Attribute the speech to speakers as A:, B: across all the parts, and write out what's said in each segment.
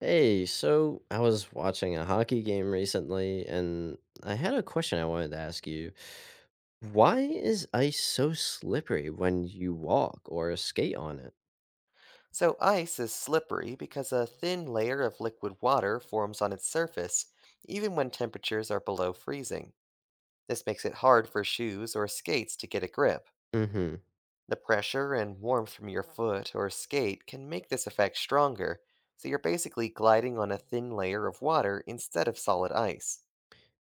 A: Hey, so I was watching a hockey game recently, and I had a question I wanted to ask you. Why is ice so slippery when you walk or skate on it?
B: So, ice is slippery because a thin layer of liquid water forms on its surface, even when temperatures are below freezing. This makes it hard for shoes or skates to get a grip.
A: Mm-hmm.
B: The pressure and warmth from your foot or skate can make this effect stronger, so you're basically gliding on a thin layer of water instead of solid ice.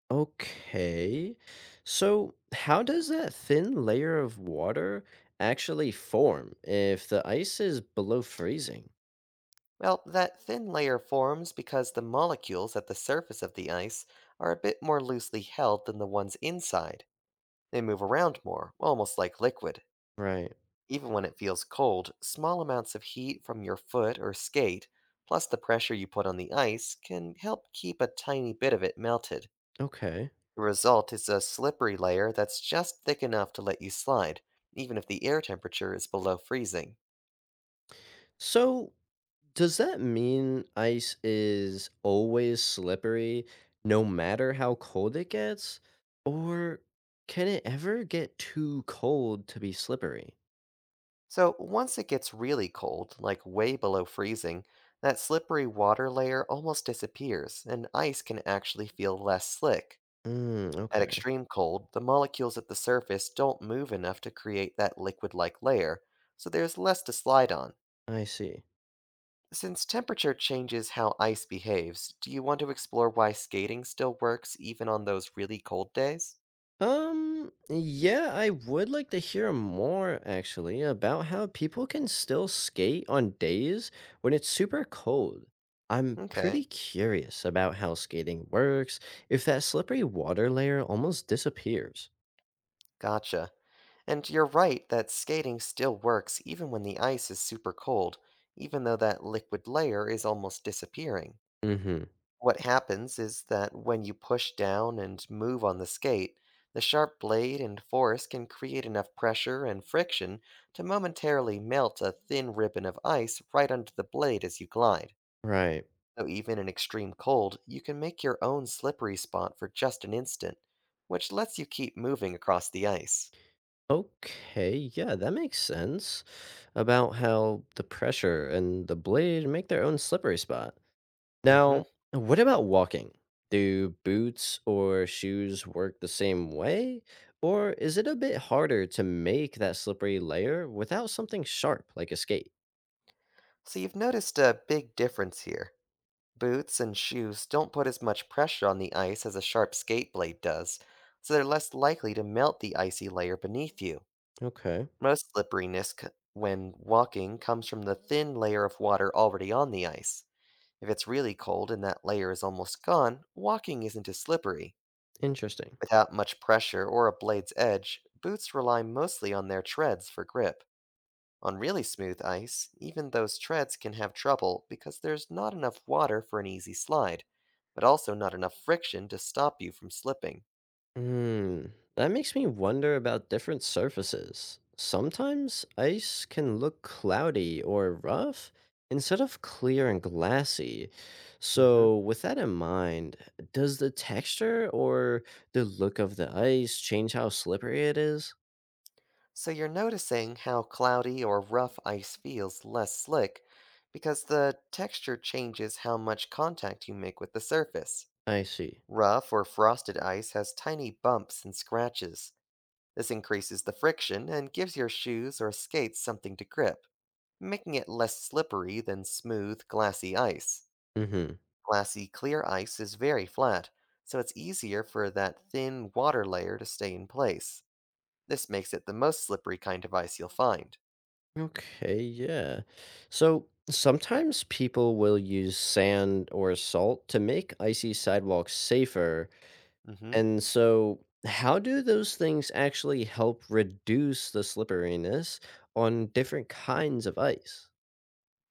A: Okay. So, how does that thin layer of water actually form if the ice is below freezing?
B: Well, that thin layer forms because the molecules at the surface of the ice are a bit more loosely held than the ones inside. They move around more, almost like liquid.
A: Right.
B: Even when it feels cold, small amounts of heat from your foot or skate, plus the pressure you put on the ice, can help keep a tiny bit of it melted.
A: Okay.
B: The result is a slippery layer that's just thick enough to let you slide, even if the air temperature is below freezing.
A: So, Does that mean ice is always slippery no matter how cold it gets? Or can it ever get too cold to be slippery?
B: So, once it gets really cold, like way below freezing, that slippery water layer almost disappears, and ice can actually feel less slick.
A: Mm,
B: At
A: okay,
B: extreme cold, the molecules at the surface don't move enough to create that liquid like layer, so there's less to slide on.
A: I see.
B: Since temperature changes how ice behaves, do you want to explore why skating still works even on those really cold days?
A: Yeah, I would like to hear more actually about how people can still skate on days when it's super cold. I'm
B: Okay,
A: pretty curious about how skating works if that slippery water layer almost disappears.
B: gotcha. And you're right that skating still works even when the ice is super cold, even though that liquid layer is almost disappearing.
A: Mm hmm.
B: What happens is that when you push down and move on the skate, the sharp blade and force can create enough pressure and friction to momentarily melt a thin ribbon of ice right under the blade as you glide.
A: Right.
B: So, even in extreme cold, you can make your own slippery spot for just an instant, which lets you keep moving across the ice.
A: Okay, yeah, that makes sense about how the pressure and the blade make their own slippery spot.
B: Hmm.
A: Now, what about walking? Do boots or shoes work the same way? Or is it a bit harder to make that slippery layer without something sharp like a skate?
B: So, you've noticed a big difference here. Boots and shoes don't put as much pressure on the ice as a sharp skate blade does, so they're less likely to melt the icy layer beneath you.
A: Okay,
B: Most when walking comes from the thin layer of water already on the ice. If it's really cold and that layer is almost gone, walking isn't as slippery.
A: interesting.
B: Without much pressure or a blade's edge, boots rely mostly on their treads for grip. On really smooth ice, even those treads can have trouble because there's not enough water for an easy slide, but also not enough friction to stop you from slipping.
A: Hmm. That makes me wonder about different surfaces. Sometimes ice can look cloudy or rough instead of clear and glassy.
B: Hmm.
A: So, with that in mind, does the texture or the look of the ice change how slippery it is?
B: So you're noticing how cloudy or rough ice feels less slick because the texture changes how much contact you make with the surface.
A: I see.
B: Rough or frosted ice has tiny bumps and scratches. This increases the friction and gives your shoes or skates something to grip, making it less slippery than smooth, glassy ice.
A: Mm-hmm.
B: Glassy, clear ice is very flat, so it's easier for that thin water layer to stay in place. This makes it the most slippery kind of ice you'll find.
A: Okay, yeah. So, sometimes people will use sand or salt to make icy sidewalks safer.
B: Hmm.
A: And so, how do those things actually help reduce the slipperiness on different kinds of ice?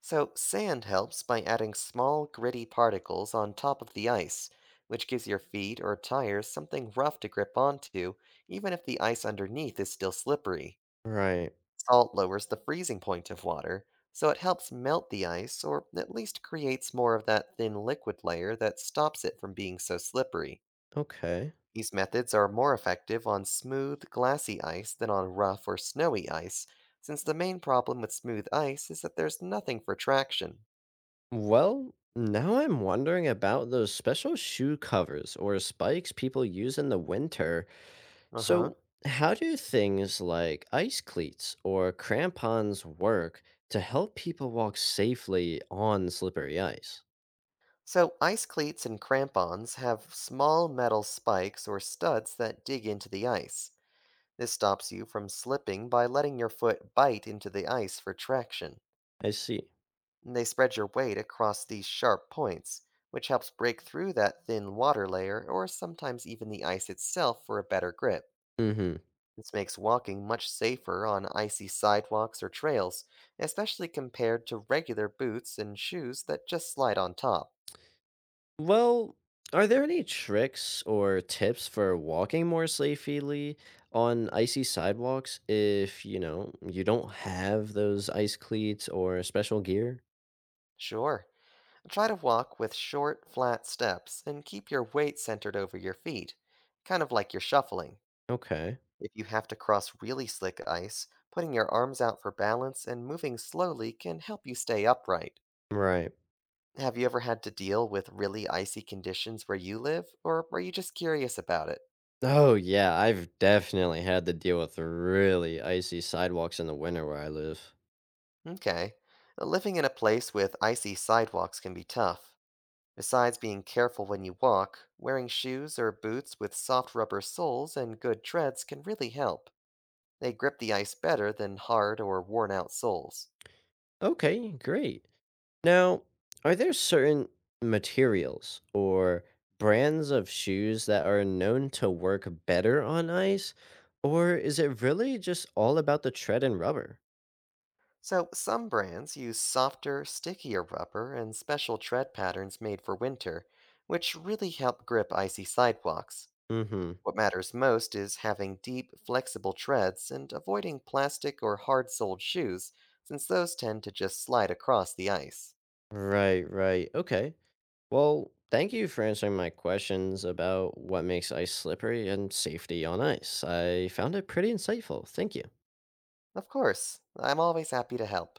B: So, sand helps by adding small, gritty particles on top of the ice, which gives your feet or tires something rough to grip onto, even if the ice underneath is still slippery.
A: Right.
B: Salt lowers the freezing point of water, so it helps melt the ice or at least creates more of that thin liquid layer that stops it from being so slippery.
A: Okay.
B: These methods are more effective on smooth, glassy ice than on rough or snowy ice, since the main problem with smooth ice is that there's nothing for traction.
A: Well, now I'm wondering about those special shoe covers or spikes people use in the winter.
B: Uh huh.
A: So, how do things like ice cleats or crampons work to help people walk safely on slippery ice?
B: So, ice cleats and crampons have small metal spikes or studs that dig into the ice. This stops you from slipping by letting your foot bite into the ice for traction.
A: I see.
B: And they spread your weight across these sharp points, which helps break through that thin water layer or sometimes even the ice itself for a better grip.
A: Mhm.
B: This makes walking much safer on icy sidewalks or trails, especially compared to regular boots and shoes that just slide on top.
A: Well, are there any tricks or tips for walking more safely on icy sidewalks if, you don't have those ice cleats or special gear?
B: Sure, try to walk with short, flat steps and keep your weight centered over your feet, kind of like you're shuffling.
A: Okay.
B: If you have to cross really slick ice, putting your arms out for balance and moving slowly can help you stay upright.
A: Right.
B: Have you ever had to deal with really icy conditions where you live, or are you just curious about it?
A: Oh, yeah, I've definitely had to deal with really icy sidewalks in the winter where I live.
B: Okay. Living in a place with icy sidewalks can be tough. Besides being careful when you walk, wearing shoes or boots with soft rubber soles and good treads can really help. They grip the ice better than hard or worn out soles.
A: Okay, great. Now, are there certain materials or brands of shoes that are known to work better on ice? Or is it really just all about the tread and rubber?
B: So, some brands use softer, stickier rubber and special tread patterns made for winter, which really help grip icy sidewalks.
A: Mm-hmm.
B: What matters most is having deep, flexible treads and avoiding plastic or hard soled shoes, since those tend to just slide across the ice.
A: Right, right. Okay. Well, thank you for answering my questions about what makes ice slippery and safety on ice. I found it pretty insightful. Thank you.
B: Of course, I'm always happy to help.